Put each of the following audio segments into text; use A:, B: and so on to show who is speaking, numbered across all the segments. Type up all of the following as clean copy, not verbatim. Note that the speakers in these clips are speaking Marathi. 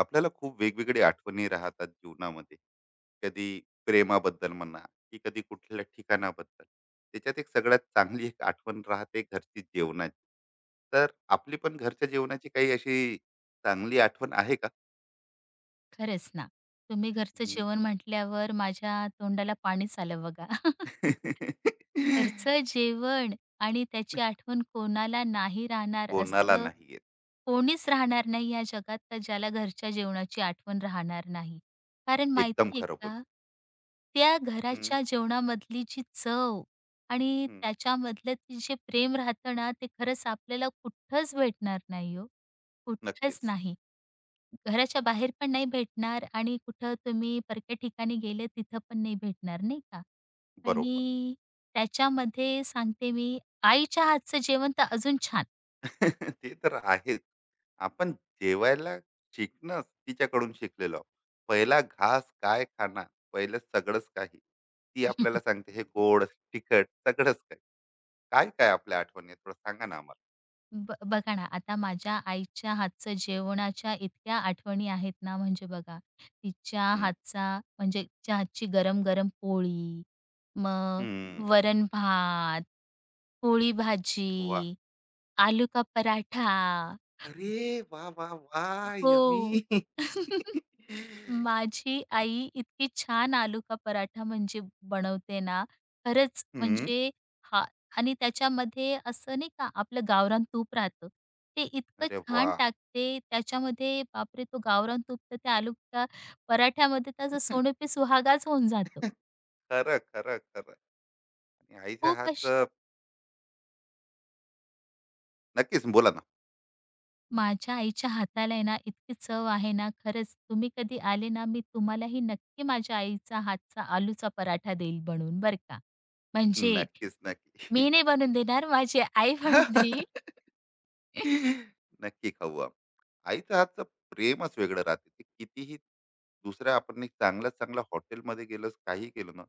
A: आपल्याला खूप वेगवेगळी आठवणी राहतात जीवनामध्ये, कधी प्रेमाबद्दल म्हणा की कधी कुठल्या ठिकाणाबद्दल. त्याच्यात एक सगळ्यात चांगली एक आठवण राहते घरची जेवणाची. तर आपली पण घरच्या जेवणाची काही अशी चांगली आठवण आहे का?
B: खरंच ना. तुम्ही घरचं
A: हम्म.
B: जेवण म्हटल्यावर माझ्या तोंडाला पाणीच आलं बघा. घरचं जेवण आणि त्याची आठवण कोणाला नाही राहणार
A: कोणाला
B: असं
A: नाही येत.
B: कोणीच राहणार नाही या जगात का ज्याला घरच्या जेवणाची आठवण राहणार नाही. कारण
A: एकदम
B: माहिती आहे
A: खरं बोल.
B: का, त्या
A: हम्म,
B: घराच्या जेवणामधली जी चव आणि
A: हम्म,
B: त्याच्यामधलं ते जे प्रेम राहतं ना, ते खरंच आपल्याला कुठंच भेटणार नाही हो, कुठंच
A: नक्कीच.
B: नाही. घराच्या बाहेर पण नाही भेटणार आणि कुठं तुम्ही परक्या ठिकाणी गेले तिथं पण नाही भेटणार, नाही का?
A: बरोबर.
B: आणि त्याच्यामध्ये सांगते मी आईच्या हातचं जेवण तर अजून छान.
A: ते तर आहेच. आपण जेवायला शिकणंच तिच्याकडून शिकलेलो आहोत. पहिला घास काय खाणार? पहिलं सगळंच काही. ती आपल्याला सांगते हे गोड, तिखट सगळंच काही. काय-काय आपल्या आठवणी आहेत? थोडं सांगा ना आम्हाला?
B: बघा ना, आता माझ्या आईच्या हातचं जेवणाच्या इतक्या आठवणी आहेत ना, म्हणजे बघा तिच्या
A: हं,
B: हातचा म्हणजे तिच्या हातची गरम-गरम पोळी, मग
A: हं.
B: वरण-भात, पोळी
A: वाह!
B: भाजी, आलू का पराठा.
A: अरे वाह, वाह, वाह!
B: हो.
A: यम्मी.
B: माझी आई इतकी छान आलू का पराठा म्हणजे बनवते ना, खरंच
A: हं.
B: म्हणजे हां आणि त्याच्यामध्ये असं नाही का आपलं गावरान तूप राहतं. ते इतकं
A: अरे
B: छान
A: वाह!
B: टाकते त्याच्यामध्ये बापरे! तो गावरान तूप तर त्या आलू का पराठ्यामध्ये त्याचं सोने सुहागाच होऊन जातो.
A: खरं, खरं, खरं. आणि आईच्या
B: खूप अशी
A: हातचं. नक्कीच बोला ना.
B: माझ्या आईच्या हाताला आहे ना इतकी चव आहे ना, खरंच तुम्ही कधी आले ना, मी तुम्हालाही नक्की माझ्या आईचा हातचा आलूचा पराठा देईल बनवून बरं का. म्हणजे
A: नक्कीच, नक्की.
B: मी नाही बनवून देणार, माझी आई बनवून देईल.
A: नक्की खाऊ आपण. आईच्या हातचं प्रेमच वेगळं राहते. ते कितीही दुसऱ्या आपण एक चांगल्यात चांगल्या हॉटेलमध्ये गेलो, काही केलं ना,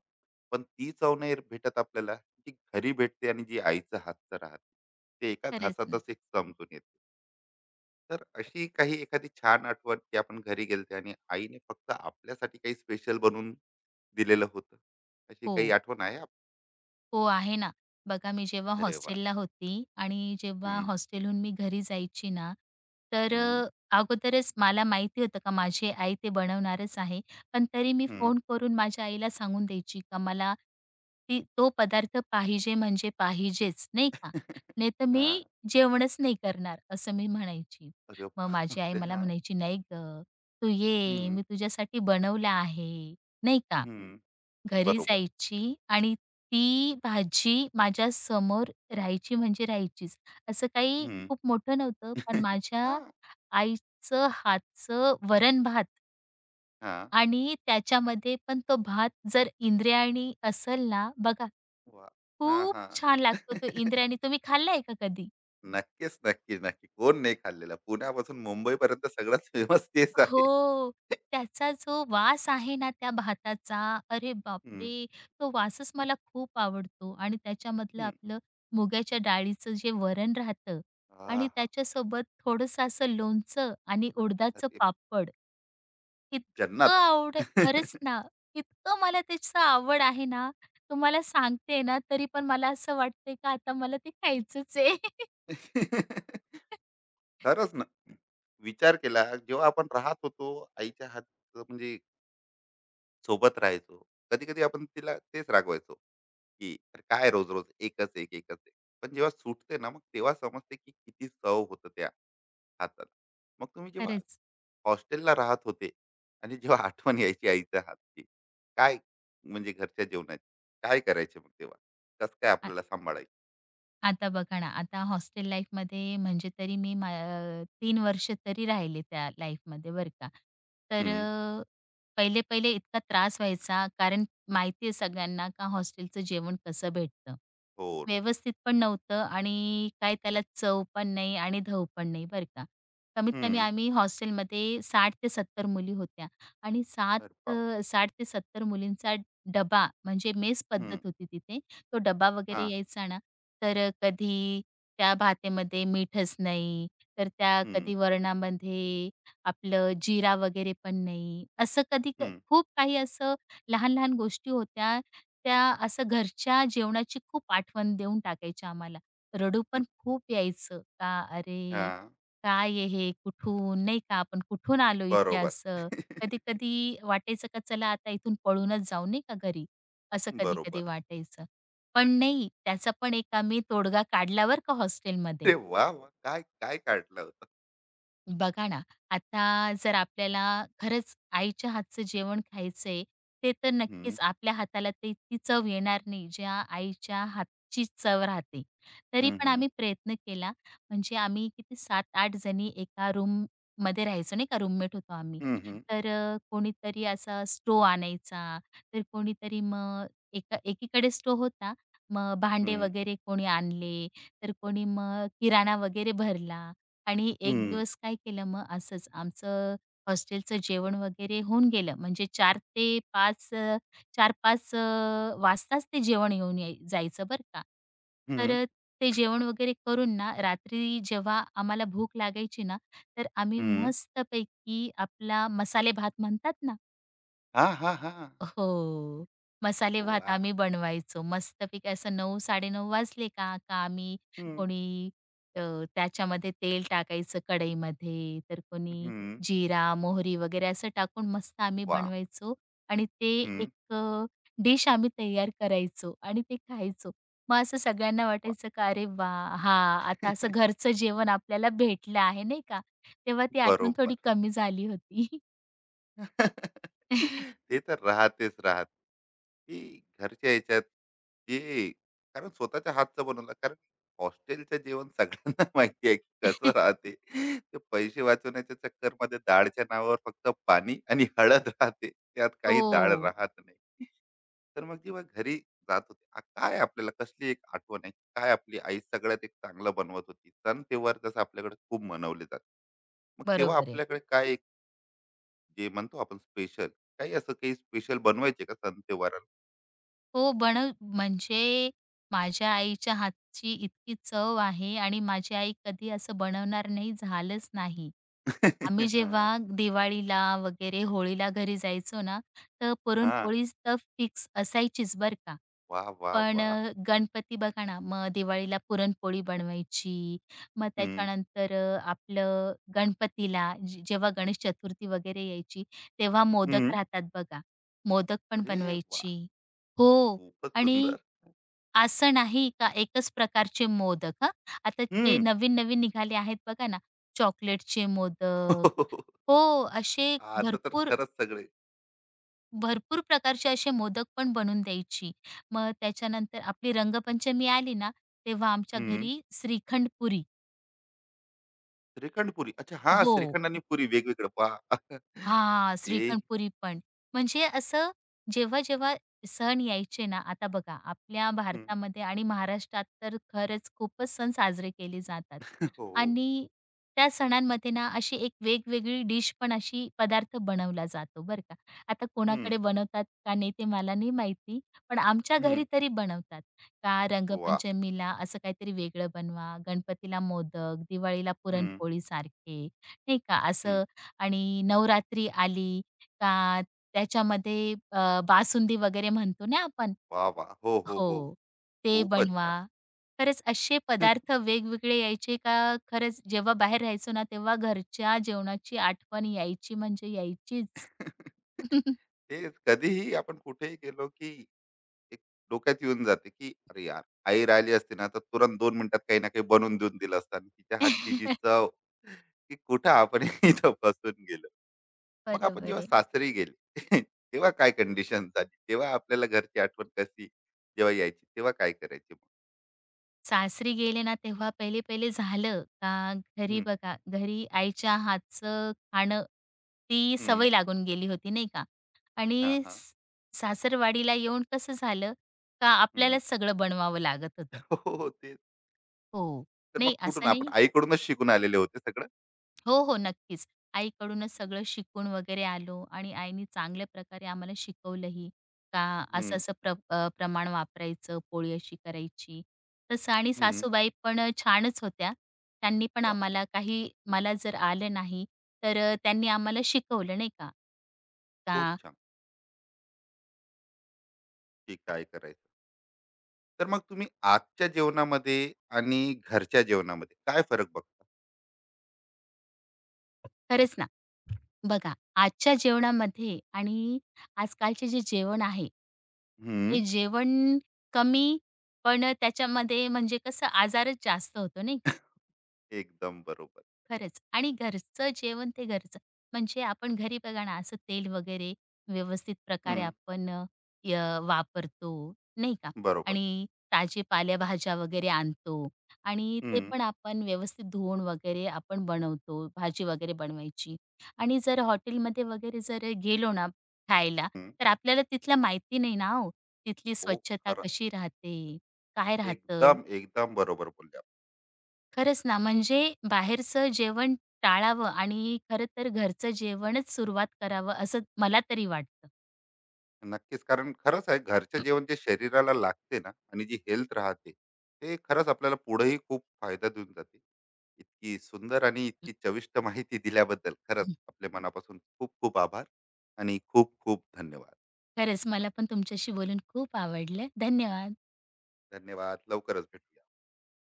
A: पण ती चव नाही भेटत आपल्याला, जी घरी भेटते आणि जी आईच्या हातचं राहते. ते एका
B: खरंच ना.
A: घासातच एक समजून येते. तर अशी काही एखादी छान आठवण, की आपण घरी गेलते आणि आईने फक्त आपल्यासाठी काही स्पेशल बनवून दिलेलं होतं. अशी काही
B: हो.
A: आठवण आहे? आप-
B: हो, आहे ना. बघा मी जेव्हा
A: अरे वाह!
B: हॉस्टेलला होती आणि जेव्हा
A: हं,
B: हॉस्टेलहून मी घरी जायची ना, तर
A: हं,
B: अ, अगोदरच मला माहिती होतं का माझी आई ते बनवणारच आहे. पण तरी मी
A: हं.
B: फोन करून माझ्या आईला सांगून द्यायची का मला ती तो पदार्थ पाहिजे म्हणजे पाहिजेच, नाही का?
A: हां.
B: नाहीतर मी जेवणच नाही करणार, असं मी म्हणायची.
A: अरे
B: मग माझी आई
A: बापरे!
B: मला
A: हां.
B: म्हणायची, "नाही गं, तू ये, मी तुझ्यासाठी बनवलं आहे." नाही का?
A: हं,
B: घरी
A: बरोबर.
B: जायची आणि ती भाजी माझ्यासमोर राहायची म्हणजे राहायचीच. असं काही
A: हं.
B: खूप मोठं नव्हतं, पण माझ्या
A: हां,
B: आईचं हातचं वरण-भात
A: हां.
B: आणि त्याच्यामध्ये पण तो भात जर इंद्रायणी असेल ना, बघा
A: वाह! हां,
B: खूप
A: हां.
B: छान लागतो तो इंद्रायणी. तुम्ही खाल्लाय का कधी?
A: नक्कीच, नक्की, नक्की. कोण नाही खाल्लेला. पुण्यापासून मुंबईपर्यंत सगळ्यात फेमस तेच आहे.
B: हो. त्याचा जो वास आहे ना त्या भाताचा, अरे
A: हं,
B: बापरे! तो वासच मला खूप आवडतो आणि त्याच्यामधलं
A: हं.
B: आपलं मुगाच्या डाळीचं जे वरण राहतं आणि
A: आहाहा!
B: त्याच्यासोबत थोडंसं असं लोणचं आणि उडदाचं
A: अरे
B: पापड. इतकं
A: जन्नत.
B: आवड खरंच ना, इतकं मला त्याची आवड आहे ना, तुम्हाला सांगते ना, तरी पण मला असं वाटतंय का आता मला ते खायचंच आहे.
A: खरंच ना. विचार केला, जेव्हा आपण राहत होतो, आईच्या हातचं म्हणजे सोबत राहायचो. कधी-कधी आपण तिला तेच रागवायचो, की "अरे काय रोज-रोज एकच एक, एकच एक." पण जेव्हा सुटते ना, मग तेव्हा समजते की किती चव होतं त्या हाताला. मग तुम्ही जेव्हा
B: खरंच.
A: हॉस्टेलला राहत होते आणि जेव्हा आठवण यायची आईच्या हातची, काय म्हणजे घरच्या जेवणाची, काय करायचे मग तेव्हा? कसं काय आपल्याला सांभाळायचं?
B: आता बघा ना, आता हॉस्टेल लाईफमध्ये म्हणजे तरी मी मा 3 वर्ष तरी राहिले त्या लाईफमध्ये बरं का. तर
A: हं,
B: अ, पहिले-पहिले इतका त्रास व्हायचा कारण माहिती आहे सगळ्यांना का हॉस्टेलचं जेवण कसं भेटतं.
A: होठ,
B: व्यवस्थित पण नव्हतं आणि काय त्याला चव पण नाही आणि धव पण नाही बरं का. कमीत कमी
A: हं,
B: आम्ही हॉस्टेलमध्ये 60 ते 70 मुली होत्या आणि 7
A: अरे बाप!
B: अ, 60 ते 70 मुलींचा डबा म्हणजे मेस पद्धत
A: हं,
B: होती तिथे. तो डबा वगैरे
A: हां,
B: यायचा ना तर कधी त्या भातेमध्ये मीठच नाही, तर त्या
A: हं,
B: कधी वरणामध्ये आपलं जीरा वगैरे पण नाही. असं कधी
A: हं,
B: खूप काही असं लहान-लहान गोष्टी होत्या, त्या असं घरच्या जेवणाची खूप आठवण देऊन टाकायच्या आम्हाला. रडू
A: हं,
B: पण खूप यायचं का अरे,
A: हां,
B: काय आहे हे? कुठून नाही का आपण कुठून आलो इथे
A: बरोबर,
B: असं. कधी-कधी वाटायचं का चला आता इथून पळूनच जाऊ नाही का घरी, असं कधी-कधी
A: बरोबर.
B: वाटायचं. पण नाही, त्याचा पण एक आम्ही तोडगा काढला बरं का हॉस्टेलमध्ये.
A: अरे वाह! वाह! काय, काय काढलं होतं?
B: बघा ना, आता जर आपल्याला खरंच आईच्या हातचं जेवण खायचंय, ते तर
A: हं.
B: नक्कीच आपल्या हाताला ते ती चव येणार नाही, ज्या आईच्या हातची चव राहते. तरी पण
A: Uhum,
B: आम्ही प्रयत्न केला, म्हणजे आम्ही किती 7-8 जणी एका रूममध्ये राहायचो नाही का, रूममेट होतो आम्ही.
A: uhum,
B: कोणीतरी असा स्टोव्ह आणायचा, तर कोणीतरी मग एका एकीकडे स्टोव्ह होता, मग भांडे
A: uhum,
B: वगैरे कोणी आणले, तर कोणी मग किराणा वगैरे भरला. आणि एक
A: uhum,
B: दिवस काय केलं मग असंच आमचं हॉस्टेलचं जेवण वगैरे होऊन गेलं म्हणजे चार ते 5 अ, 4-5 वाजताच ते जेवण येऊन याय जायचं बरं का. तर
A: uhum,
B: अ, ते जेवण वगैरे करून ना रात्री जेव्हा आम्हाला भूक लागायची ना, तर आम्ही
A: uhum.
B: मस्तपैकी आपला मसाले भात म्हणतात ना
A: हा हा हा,
B: हो. मसाले भात
A: वा,
B: आम्ही बनवायचो. मस्तपैकी असं 9:30 वाजले का, का आम्ही
A: हम्म,
B: कोणी अ, त्याच्यामध्ये तेल टाकायचं कढईमध्ये, तर कोणी
A: हम्म,
B: जिरा, मोहरी वगैरे असं टाकून मस्त आम्ही
A: वा,
B: बनवायचो आणि ते एक अ, डिश आम्ही तयार करायचो आणि ते खायचो. मग असं सगळ्यांना वाटायचं का अरे वाह! हां, आता असं घरचं जेवण आपल्याला भेटलं आहे नाही का. तेव्हा ती
A: बरो
B: आठवण थोडी
A: बर.
B: कमी झाली होती.
A: ते तर राहतेच राहत, की घरच्या याच्यात ते, कारण स्वतःच्या हातचं बनवलं, कारण हॉस्टेलचं जेवण सगळ्यांना माहिती आहे की कसं राहते. ते पैसे वाचवण्याच्या चक्करमध्ये डाळच्या नावावर फक्त पाणी आणि हळद राहते, त्यात काही डाळ
B: हो,
A: राहत नाही. तर मग जेव्हा घरी जात होते आ- काय आपल्याला कसली एक आठवण आहे, काय आपली आई सगळ्यात एक चांगलं बनवत होती, सण तेव्हार जसं आपल्याकडे खूप मनवले जाते, मग तेव्हा
B: बरोबर आहे.
A: आपल्याकडे काय जे म्हणतो आपण स्पेशल, काही असं काही स्पेशल बनवायचे का सण त्योहाराला?
B: हो, बनव म्हणजे माझ्या आईच्या हातची इतकी चव आहे आणि माझी आई कधी असं बनवणार नाही, झालंच नाही. आम्ही
A: हा
B: जेव्हा दिवाळीला वगैरे होळीला घरी जायचो ना, तर
A: हा.
B: पुरणपोळी तर फिक्स असायचीच बरं का.
A: वा वा वा.
B: गणपती बघा ना, मग दिवाळीला पुरणपोळी बनवायची. मग
A: हम्म,
B: त्याच्यानंतर अ, आपलं गणपतीला जे जेव्हा गणेश चतुर्थी वगैरे यायची, तेव्हा मोदक
A: हम्म.
B: राहतात बघा. मोदक पण
A: अरे वा,
B: बनवायची. हो.
A: खूपच
B: आणि
A: सुंदर.
B: असं नाही का एकच प्रकारचे मोदक हां. आता ते
A: हम्म.
B: नवीन-नवीन निघाले आहेत बघा ना, चॉकलेटचे मोदक हो, असे
A: आता तर
B: भरपूर,
A: खरंच सगळे.
B: भरपूर प्रकारचे असे मोदक पण बनवून द्यायची. मग त्याच्यानंतर आपली रंगपंचमी आली ना, तेव्हा आमच्या
A: हम्म.
B: घरी श्रीखंड पुरी
A: श्रीखंड पुरी, अच्छा, हा
B: हो.
A: श्रीखंड आणि पुरी वेगवेगळं, वा!
B: हा,
A: ते
B: श्रीखंडपुरी पण. म्हणजे असं जेव्हा-जेव्हा सण यायचे ना, आता बघा आपल्या
A: हम्म.
B: भारतामध्ये आणि महाराष्ट्रात तर खरंच खूपच सण साजरे केले जातात.
A: हो.
B: आणि त्या सणांमध्ये ना, अशी एक वेगवेगळी डिश पण अशी पदार्थ बनवला जातो बरं का. आता
A: हम्म,
B: कोणाकडे बनवतात का नाही ते मला नाही माहिती, पण आमच्या घरी
A: हम्म.
B: तरी बनवतात. का
A: वा.
B: रंगपंचमीला असं काहीतरी वेगळं बनवा, गणपतीला मोदक, दिवाळीला
A: हम्म,
B: पुरणपोळीसारखे, नाही का.
A: हम्म.
B: असं आणि नवरात्री आली का त्याच्यामध्ये बासुंदी वगैरे म्हणतो ना आपण
A: वा वा, हो हो हो.
B: हो, ते
A: खूपच
B: बनवा.
A: छान.
B: खरंच असे पदार्थ वेगवेगळे यायचे का खरंच जेव्हा बाहेर राहायचो ना, तेव्हा घरच्या जेवणाची आठवण यायची म्हणजे यायचीच.
A: तेच कधीही आपण कुठेही गेलो की एक डोक्यात येऊन जाते की अरे यार, आई राहिली असते ना तर तुरंत 2 मिनिटात काही ना काही बनवून देऊन दिलं असतं आणि तिच्या हातची जी चव, की कुठं आपण इथं फसून गेलो. मग आपण
B: बरोबर
A: जेव्हा
B: आहे.
A: सासरी गेले तेव्हा काय कंडिशन झाली, तेव्हा आपल्याला घरची आठवण कशी जेव्हा यायची तेव्हा काय करायची मग?
B: सासरी गेले ना तेव्हा पहिले-पहिले झालं का घरी
A: हम्म,
B: बघा, घरी आईच्या हातचं खाणं ती
A: हम्म,
B: सवय लागून गेली होती नाही का
A: हा
B: आणि
A: हा,
B: सासरवाडीला येऊन कसं झालं, का
A: हम्म.
B: आपल्यालाच सगळं बनवावं लागत होतं.
A: हो हो, हो,
B: हो,
A: तर मग
B: नाही
A: कुठून
B: असं
A: आपण
B: नाही
A: आईकडूनच शिकून आलेले होते सगळं.
B: हो, हो. नक्कीच. आईकडूनच सगळं शिकून वगैरे आलो आणि आईनी चांगल्या प्रकारे आम्हाला शिकवलंही, का
A: हम्म,
B: असं-असं प्रमाण वापरायचं, पोळी अशी करायची. तसं आणि
A: हम्म.
B: सासूबाई पण छानच होत्या. त्यांनी पण
A: वा,
B: आम्हाला काही मला जर आलं नाही, तर त्यांनी आम्हाला शिकवलं नाही का?
A: खूप
B: का
A: छान. की काय करायचं, तर मग तुम्ही आजच्या जेवणामध्ये आणि घरच्या जेवणामध्ये काय फरक बघता?
B: खरंच ना. बघा, आजच्या जेवणामध्ये आणि आजकालचे जे जेवण आहे,
A: हं.
B: ते जेवण कमी पण त्याच्यामध्ये म्हणजे कसं आजारच जास्त होतो नाही का?
A: एकदम बरोबर.
B: खरंच. आणि घरचं जेवण ते घरचं. म्हणजे आपण घरी बघा ना, असं तेल वगैरे व्यवस्थित प्रकारे
A: हं.
B: आपण अ, य वापरतो, नाही का?
A: बरोबर.
B: आणि ताजे पालेभाज्या वगैरे आणतो आणि ते
A: हं,
B: पण आपण व्यवस्थित धुवून वगैरे आपण बनवतो, भाजी वगैरे बनवायची. आणि जर हॉटेलमध्ये वगैरे जर गेलो ना खायला,
A: हं.
B: तर आपल्याला तिथलं माहिती नाही ना हो, तिथली
A: हो,
B: स्वच्छता
A: खरं.
B: कशी राहते, काय राहतं?
A: एकदम, एकदम बरोबर बोलले आपण.
B: खरंच ना, म्हणजे बाहेरचं जेवण टाळावं आणि खरं तर घरचं जेवणच सुरुवात करावं असं मला तरी वाटतं.
A: नक्कीच, कारण खरंच आहे घरचं जेवण जे शरीराला लागते ना आणि जी हेल्थ राहते, ते खरंच आपल्याला पुढेही खूप फायदा देऊन जाते. इतकी सुंदर आणि इतकी चविष्ट माहिती दिल्याबद्दल खरंच आपल्या मनापासून खूप खूप आभार आणि खूप खूप धन्यवाद.
B: खरंच मला पण तुमच्याशी बोलून खूप आवडलं. धन्यवाद.
A: धन्यवाद. लवकरच भेटूया.